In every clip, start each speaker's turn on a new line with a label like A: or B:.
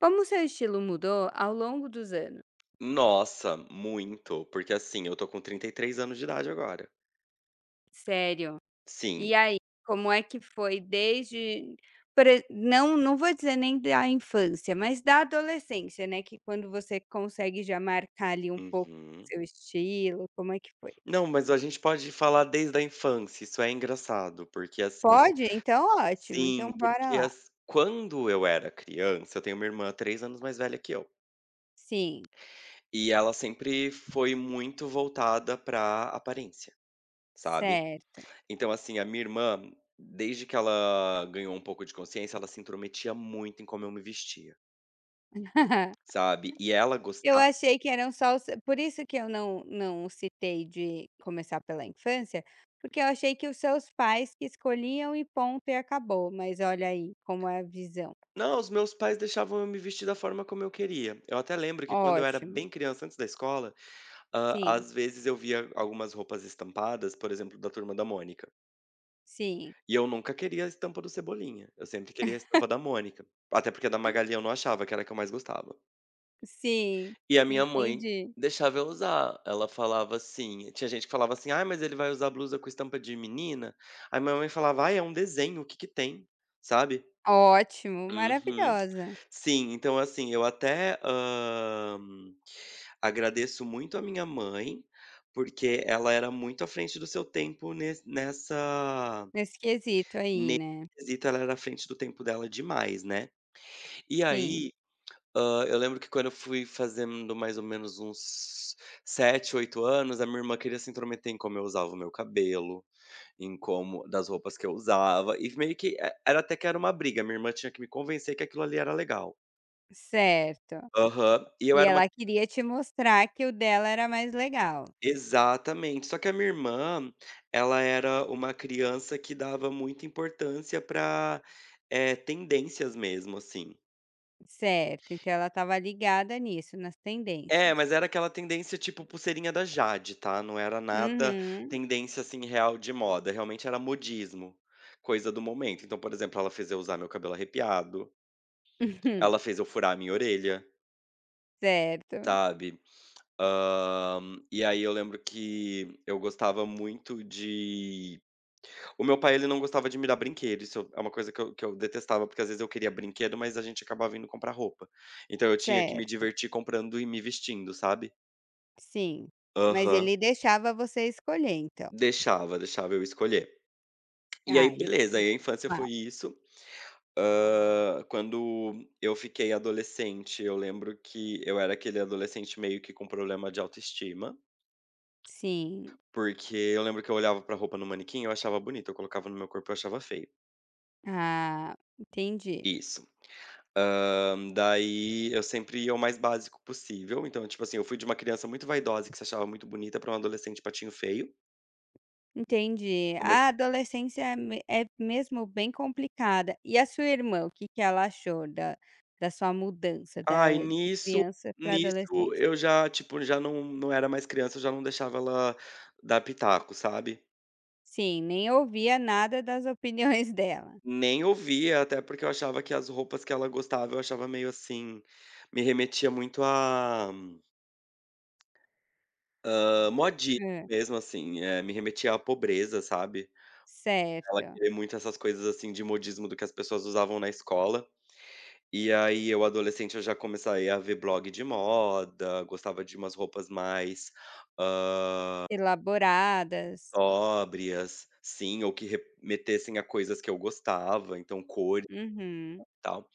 A: Como seu estilo mudou ao longo dos anos?
B: Nossa, muito, porque assim, eu tô com 33 anos de idade agora.
A: Sério.
B: Sim.
A: E aí, como é que foi desde por e não vou dizer nem da infância, mas da adolescência, né, que quando você consegue já marcar ali um pouco o
B: Uhum.
A: seu estilo, como é que foi?
B: Não, mas a gente pode falar desde a infância, isso é engraçado, porque assim,
A: Pode? Então ótimo,
B: sim,
A: então bora
B: porque
A: lá.
B: as quando eu era criança, eu tenho uma irmã 3 anos mais velha que eu,
A: Sim,
B: e ela sempre foi muito voltada pra aparência, sabe.
A: certo.
B: Então assim, a minha irmã, desde que ela ganhou um pouco de consciência, ela se intrometia muito em como eu me vestia, sabe. E ela
A: Eu
B: gostava.
A: achei que eram só os por isso que eu não citei de começar pela infância, porque eu achei que os seus pais que escolhiam e ponto e acabou, mas olha aí como é a visão.
B: Não, os meus pais deixavam eu me vestir da forma como eu queria. Eu até lembro que quando eu era
A: Ótimo.
B: bem criança, antes da escola,
A: Sim,
B: às vezes eu via algumas roupas estampadas, por exemplo, da Turma da Mônica.
A: sim,
B: E eu nunca queria a estampa do Cebolinha, eu sempre queria a estampa da Mônica. Até porque a da Magali eu não achava, que era a que eu mais gostava.
A: sim,
B: E a minha mãe
A: entendi.
B: deixava eu usar, ela falava assim, tinha gente que falava assim: "Ai, mas ele vai usar blusa com estampa de menina?" Aí minha mãe falava: "Ai, é um desenho, o que que tem?" Sabe?
A: Ótimo,
B: Uhum.
A: maravilhosa,
B: Sim, então assim, eu até, agradeço muito a minha mãe, porque ela era muito à frente do seu tempo
A: nesse quesito aí,
B: nesse
A: né.
B: quesito. Ela era à frente do tempo dela demais, né. E
A: Sim,
B: aí, eu lembro que quando eu fui fazendo mais ou menos uns 7 8 anos, a minha irmã queria se intrometer em como eu usava o meu cabelo, em como das roupas que eu usava, e meio que, e era até que era uma briga, minha irmã tinha que me convencer que aquilo ali era legal.
A: certo.
B: Aham. E eu
A: E
B: era uma.
A: ela queria te mostrar que o dela era mais legal.
B: Exatamente. Só que a minha irmã, ela era uma criança que dava muita importância para tendências mesmo, assim.
A: Certo, então ela estava ligada nisso, nas
B: É,
A: tendências.
B: mas era aquela tendência tipo pulseirinha da Jade, tá, não era nada
A: Uhum.
B: tendência, assim, real de moda, realmente era modismo, coisa do momento. Então, por exemplo, ela fez eu usar meu cabelo arrepiado,
A: Uhum.
B: ela fez eu furar a minha orelha,
A: Certo,
B: sabe. E aí eu lembro que eu gostava muito de. O meu pai, ele não gostava de me dar brinquedo, isso é uma coisa que eu detestava, porque às vezes eu queria brinquedo, mas a gente acabava indo comprar roupa. Então eu tinha que me
A: certo,
B: divertir comprando e me vestindo, sabe.
A: sim. Mas
B: Aham.
A: ele deixava você escolher então?
B: Deixava, deixava eu escolher. E aí
A: Ah, isso é
B: beleza, aí a infância
A: normal.
B: foi isso. Quando eu fiquei adolescente, eu lembro que eu era aquele adolescente meio que com problema de autoestima,
A: Sim.
B: porque eu lembro que eu olhava pra roupa no manequim, eu achava bonito, eu colocava no meu corpo, eu achava feio.
A: Ah, entendi,
B: Isso. Daí eu sempre ia o mais básico possível, então, tipo assim, eu fui de uma criança muito vaidosa que se achava muito bonita pra um adolescente patinho feio.
A: entendi.
B: Comece.
A: A adolescência é me é mesmo bem complicada. E a sua irmã, o que que ela achou da da sua mudança
B: Ai,
A: da de
B: nisso
A: criança para
B: nisso
A: adolescência?
B: eu já, tipo, já não era mais criança, eu já não deixava ela dar pitaco, sabe.
A: Sim, nem ouvia nada das opiniões dela.
B: Nem ouvia, até porque eu achava que as roupas que ela gostava, eu achava meio assim, me remetia muito a modismo
A: Hã,
B: mesmo, assim, me remetia à pobreza, sabe. Ela
A: certo.
B: querer muito essas coisas, assim, de modismo do que as pessoas usavam na escola. E aí eu adolescente eu já comecei a ver blog de moda, gostava de umas roupas mais
A: Elaboradas.
B: sóbrias, sim, ou que remetessem a coisas que eu gostava, então cores
A: Uhum,
B: e tal.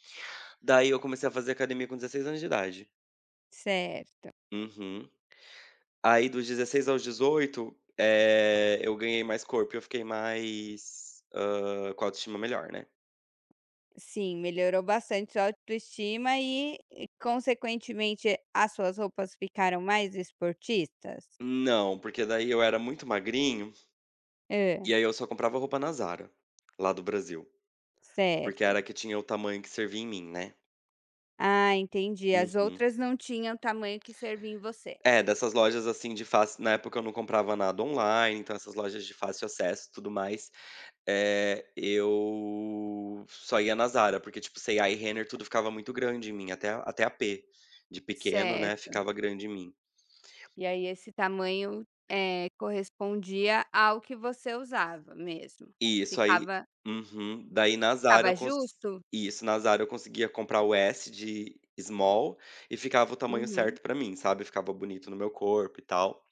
B: Daí eu comecei a fazer academia com 16 anos de idade.
A: certo.
B: Uhum. Aí dos 16 aos 18, eu ganhei mais corpo e eu fiquei mais, com a autoestima melhor, né.
A: Sim, melhorou bastante sua autoestima e consequentemente, as suas roupas ficaram mais esportistas?
B: Não, porque daí eu era muito magrinho,
A: Hã,
B: e aí eu só comprava roupa na Zara, lá do Brasil, porque
A: certo.
B: era a que tinha o tamanho que servia em mim, né.
A: Ah, entendi. As
B: Uhum.
A: outras não tinham o tamanho que servia em você.
B: É, dessas lojas, assim, de fácil, na época eu não comprava nada online, então essas lojas de fácil acesso e tudo mais. É, eu só ia na Zara, porque, tipo, C&A e A e Renner tudo ficava muito grande em mim, até a P de pequeno, né,
A: Certo.
B: ficava grande em mim.
A: E aí esse tamanho, correspondia ao que você usava mesmo.
B: E isso, aí.
A: Ficava
B: Uhum. Daí na Zara eu
A: ficava
B: cons
A: justo?
B: Isso, na Zara eu conseguia comprar o S de small e ficava o tamanho
A: Uhum.
B: certo pra mim, sabe, ficava bonito no meu corpo e tal.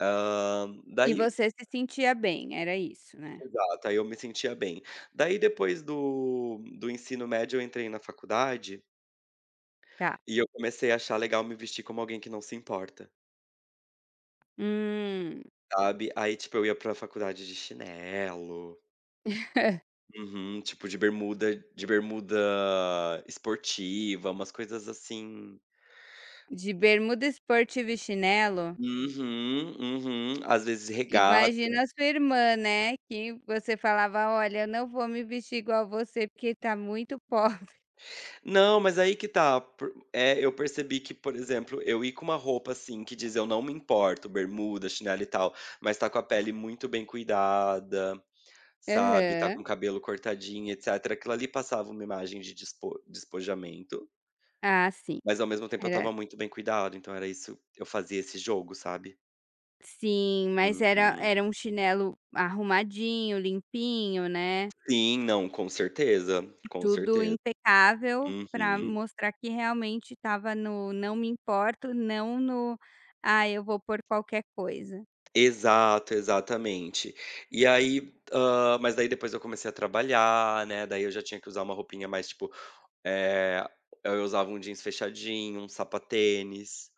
B: Hã,
A: E
B: daí
A: você se sentia bem, era isso, né?
B: Exato, aí eu me sentia bem. Daí depois do ensino médio eu entrei na faculdade,
A: Tá.
B: e eu comecei a achar legal me vestir como alguém que não se importa,
A: Hum,
B: sabe. Aí, tipo, eu ia pra faculdade de chinelo, uhum, tipo de bermuda esportiva, umas coisas assim.
A: de bermuda esportiva e chinelo.
B: Uhum, uhum. Às vezes
A: Imagina
B: regata.
A: a sua irmã, né, que você falava: "Olha, eu não vou me vestir igual você, porque tá muito pobre".
B: Não, mas aí que tá, por eu percebi que, por exemplo, eu ir com uma roupa, assim, que diz: "Eu não me importo", bermuda, chinelo e tal, mas tá com a pele muito bem cuidada, sabe, tá com
A: Aham.
B: o cabelo cortadinho, etcétera, aquilo ali passava uma imagem de despojamento,
A: Ah, sim.
B: mas ao mesmo tempo eu
A: Era
B: estava muito bem cuidado, então era isso, eu fazia esse jogo, sabe.
A: sim, mas era
B: Uhum.
A: era um chinelo arrumadinho, limpinho, né,
B: Sim, não, com certeza, com
A: tudo
B: certeza.
A: impecável para
B: Uhum.
A: mostrar que realmente estava no "não me importo", não no "ah, eu vou por qualquer coisa".
B: Exato, exatamente. E aí, mas daí depois eu comecei a trabalhar, né, daí eu já tinha que usar uma roupinha mais tipo, eh, eu usava um jeans fechadinho, um sapatênis,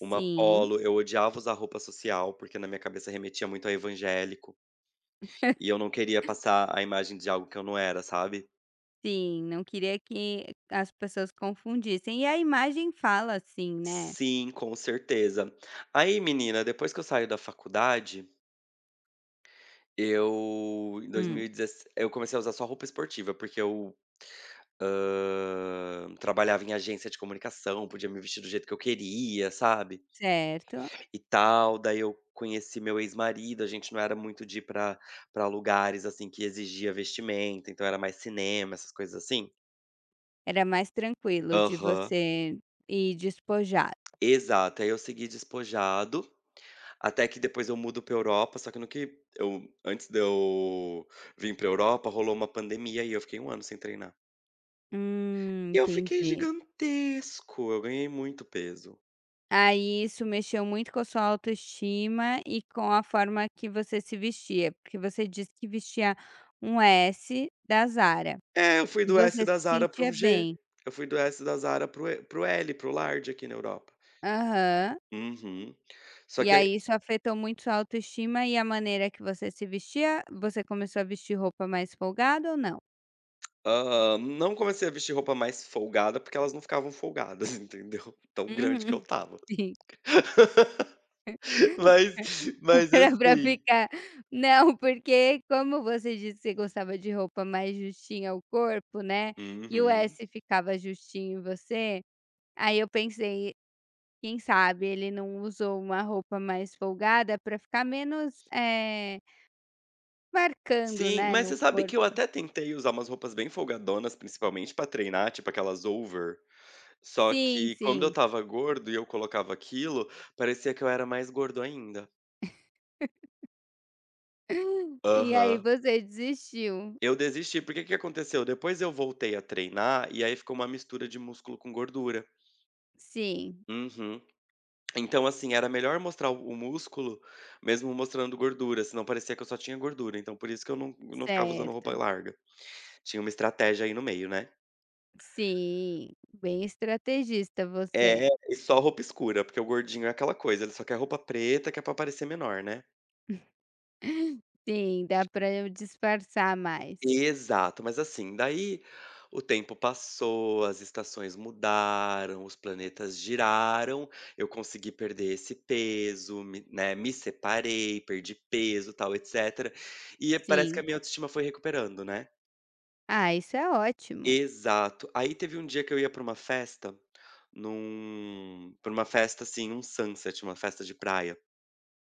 B: uma
A: Sim,
B: polo. Eu odiava usar roupa social, porque na minha cabeça remetia muito a evangélico, e eu não queria passar a imagem de algo que eu não era, sabe?
A: sim, não queria que as pessoas confundissem. E a imagem fala, assim, né.
B: Sim, com certeza. Aí menina, depois que eu saio da faculdade. Eu em
A: Hum.
B: 2016 eu comecei a usar só roupa esportiva, porque eu, trabalhava em agência de comunicação, podia me vestir do jeito que eu queria, sabe,
A: Certo.
B: e tal. Daí eu conheci meu ex-marido, a gente não era muito de ir pra lugares, assim, que exigia vestimenta, então era mais cinema, essas coisas assim.
A: Era mais tranquilo de
B: Aham.
A: você ir despojada.
B: Exato, aí eu segui despojado, até que depois eu mudo pra Europa, só que no que eu, antes de eu vir pra Europa, rolou uma pandemia e eu fiquei um ano sem treinar. E eu fiquei
A: Entendi.
B: gigantesco, eu ganhei muito peso.
A: Aí isso mexeu muito com a sua autoestima e com a forma que você se vestia, porque você disse que vestia um S da Zara
B: É, eu fui
A: e
B: do S
A: você se
B: da Zara para um
A: sentia
B: G.
A: bem.
B: Eu fui do S da Zara para o E, para o L, para o large aqui na Europa.
A: Aham.
B: Uhum. Só
A: E
B: que aí,
A: aí isso afetou muito sua autoestima e a maneira que você se vestia? Você começou a vestir roupa mais folgada ou não?
B: não comecei a vestir roupa mais folgada, porque elas não ficavam folgadas, entendeu, tão grande que eu
A: Uhum,
B: tava.
A: sim.
B: Mas
A: Era pra
B: assim.
A: ficar não, porque como você disse que você gostava de roupa mais justinha ao corpo, né, e o
B: Uhum.
A: S ficava justinho em você, aí eu pensei: "Quem sabe ele não usou uma roupa mais folgada pra ficar menos, marcando,
B: Sim,
A: né,
B: mas
A: no
B: você sabe que eu
A: corpo".
B: até tentei usar umas roupas bem folgadonas, principalmente para treinar, tipo aquelas over. Só
A: Sim,
B: que como eu
A: sim.
B: estava gordo e eu colocava aquilo, parecia que eu era mais gordo ainda.
A: E aí
B: Aham.
A: você desistiu.
B: Eu desisti, porque o que aconteceu? Depois eu voltei a treinar e aí ficou uma mistura de músculo com gordura.
A: Sim,
B: Uhum. Então, assim, era melhor mostrar o músculo, mesmo mostrando gordura, senão parecia que eu só tinha gordura. Então, por isso que eu não, não ficava usando roupa
A: certo.
B: larga. Tinha uma estratégia aí no meio, né?
A: Sim, bem estrategista você.
B: É, e só roupa escura, porque o gordinho é aquela coisa, ele só quer roupa preta que é pra parecer menor, né?
A: Sim, dá pra eu disfarçar mais.
B: Exato, mas assim, daí o tempo passou, as estações mudaram, os planetas giraram, eu consegui perder esse peso, me separei, perdi peso, tal, etcétera. E parece que
A: Sim.
B: a minha autoestima foi recuperando, né.
A: Ah, isso é ótimo.
B: Exato. Aí teve um dia que eu ia pra uma festa, num pra uma festa, assim, um sunset, uma festa de praia,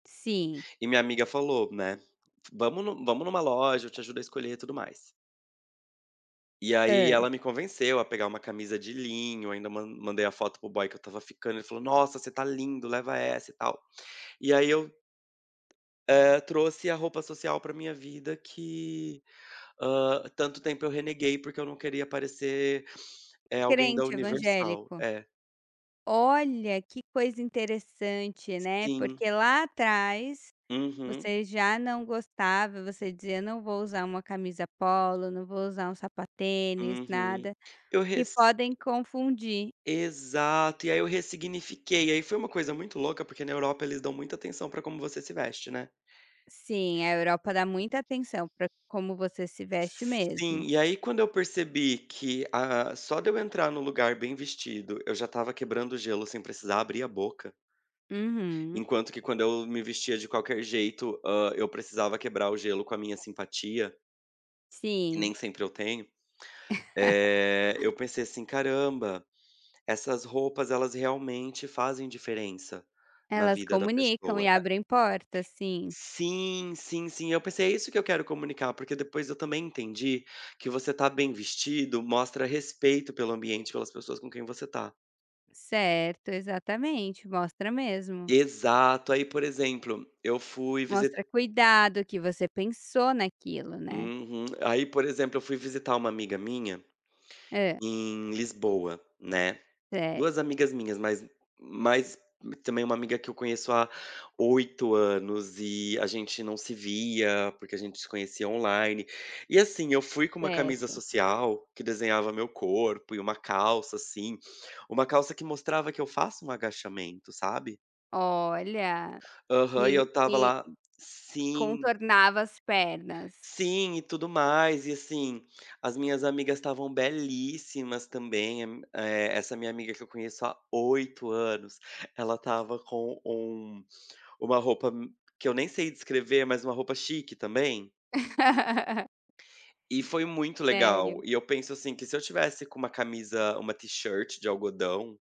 A: Sim.
B: e minha amiga falou, né: Vamos numa loja, eu te ajudo a escolher e tudo mais". E aí
A: Hã.
B: ela me convenceu a pegar uma camisa de linho, ainda mandei a foto pro boy que eu estava ficando, ele falou: "Nossa, você tá lindo, leva essa e tal". E aí eu, trouxe a roupa social pra minha vida que, tanto tempo eu reneguei, porque eu não queria parecer, alguém da
A: Crente
B: Universal.
A: evangélico.
B: É.
A: Olha, que coisa interessante, né,
B: Sim.
A: porque lá atrás
B: Uhum,
A: você já não gostava, você dizia: "Não vou usar uma camisa polo, não vou usar um sapatênis,
B: uhum.
A: nada",
B: Eu
A: que
B: res
A: podem confundir.
B: Exato. E aí eu ressignifiquei, aí foi uma coisa muito louca, porque na Europa eles dão muita atenção pra como você se veste, né.
A: Sim, a Europa dá muita atenção pra como você se veste mesmo.
B: Sim, e aí quando eu percebi que, ah, só de eu entrar no lugar bem vestido, eu já estava quebrando o gelo sem precisar abrir a boca,
A: Uhum.
B: enquanto que quando eu me vestia de qualquer jeito, eu precisava quebrar o gelo com a minha simpatia, que
A: Sim,
B: nem sempre eu tenho, eu pensei assim: "Caramba, essas roupas, elas realmente fazem diferença na
A: elas
B: vida da
A: comunicam
B: pessoa".
A: e abrem portas, sim.
B: Sim, sim, sim. Eu pensei, é isso que eu quero comunicar, porque depois eu também entendi que você tá bem vestido mostra respeito pelo ambiente, pelas pessoas com quem você tá.
A: Certo, exatamente, mostra mesmo.
B: Exato. Aí, por exemplo, eu fui visi
A: Mostra cuidado, que você pensou naquilo, né.
B: Uhum. Aí, por exemplo, eu fui visitar uma amiga minha
A: É,
B: em Lisboa, né. Duas
A: certo,
B: amigas minhas, mas também uma amiga que eu conheço há 8 anos e a gente não se via, porque a gente se conhecia online. E assim, eu fui com uma camisa
A: certo.
B: social que desenhava meu corpo e uma calça, assim, uma calça que mostrava que eu faço um agachamento, sabe.
A: Olha,
B: Aham, e eu tava
A: que
B: lá. Sim.
A: contornava as pernas.
B: Sim, e tudo mais. E assim, as minhas amigas estavam belíssimas também. Em essa minha amiga que eu conheço há 8 anos, ela estava com um, uma roupa m que eu nem sei descrever, mas uma roupa chique também. E foi muito legal.
A: Sério.
B: E eu penso assim, que se eu tivesse com uma camisa uma t-shirt de algodão,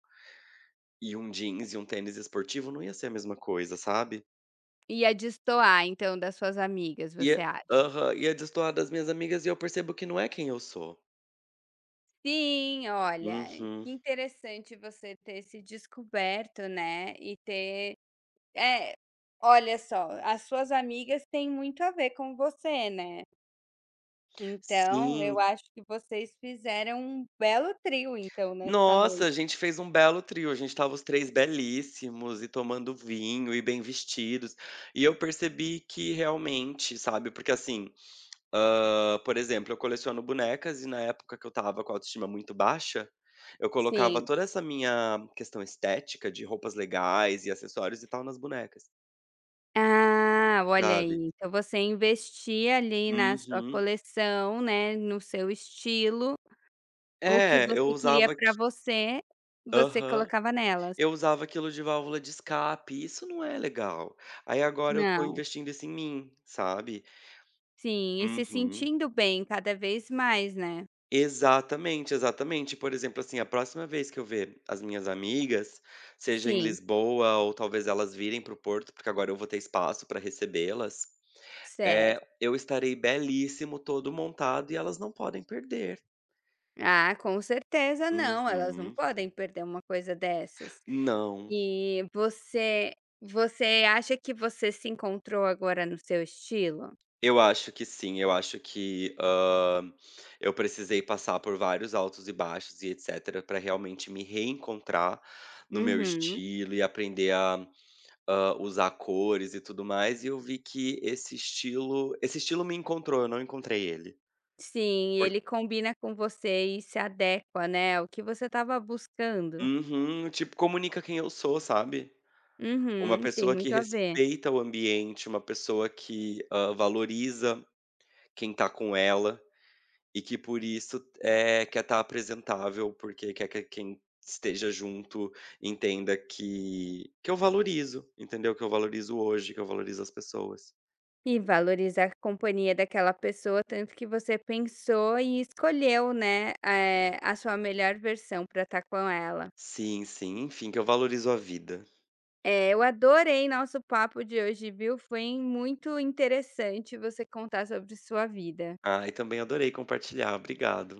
B: e um jeans e um tênis esportivo, não ia ser a mesma coisa, sabe.
A: Ia destoar então das suas amigas, você
B: Ia
A: acha?
B: aham, ia destoar das minhas amigas e eu percebo que não é quem eu sou.
A: Sim, olha,
B: Uhum.
A: que interessante você ter se descoberto, né, e ter é, olha só, as suas amigas têm muito a ver com você, né. Então, eu
B: Sim.
A: acho que vocês fizeram um belo trio então nessa
B: Nossa,
A: noite.
B: a gente fez um belo trio, a gente estava os 3 belíssimos e tomando vinho e bem vestidos. E eu percebi que realmente, sabe, porque assim, por exemplo, eu coleciono bonecas e na época que eu estava com a autoestima muito baixa, eu colocava
A: Sim.
B: toda essa minha questão estética de roupas legais e acessórios e tal nas bonecas,
A: Ah, olha aí,
B: sabe.
A: então você investia ali na sua
B: Uhum.
A: coleção, né, no seu estilo, o que
B: É, eu
A: você queria
B: usava
A: pra
B: aqui
A: você, você
B: Aham.
A: colocava nelas.
B: Eu usava aquilo de válvula de escape, isso não é legal. Aí agora eu tô
A: Não.
B: investindo isso em mim, sabe.
A: Sim, e se
B: Uhum.
A: sentindo bem cada vez mais, né.
B: Exatamente, exatamente. Por exemplo, assim, a próxima vez que eu ver as minhas amigas, seja em
A: Sim,
B: Lisboa ou talvez elas virem para o Porto, porque agora eu vou ter espaço para recebê-las, é,
A: certo.
B: eu estarei belíssimo, todo montado e elas não podem perder.
A: Ah, com certeza não, elas não
B: Uhum.
A: podem perder uma coisa dessas.
B: Não.
A: E você acha que você se encontrou agora no seu estilo?
B: Eu acho que sim, eu acho que, eu precisei passar por vários altos e baixos e etcétera, para realmente me reencontrar no meu
A: Uhum.
B: estilo e aprender a, usar cores e tudo mais, e eu vi que esse estilo me encontrou, eu não encontrei ele.
A: Sim,
B: Por
A: ele combina com você e se adequa, né, ao que você estava buscando.
B: uhum, tipo, comunica quem eu sou, sabe. Uma
A: Uhum, tem
B: pessoa que
A: muito a ver.
B: respeita o ambiente, uma pessoa que, valoriza quem tá com ela. E que por isso, quer estar apresentável, porque quer que quem esteja junto entenda que eu valorizo, entendeu? Que eu valorizo hoje, que eu valorizo as pessoas.
A: E valorizar a companhia daquela pessoa, tanto que você pensou e escolheu, né, a sua melhor versão para estar com ela.
B: Sim, sim, enfim, que eu valorizo a vida.
A: Eu adorei nosso papo de hoje, viu. Foi muito interessante você contar sobre sua vida.
B: Ah, e também adorei compartilhar, obrigado.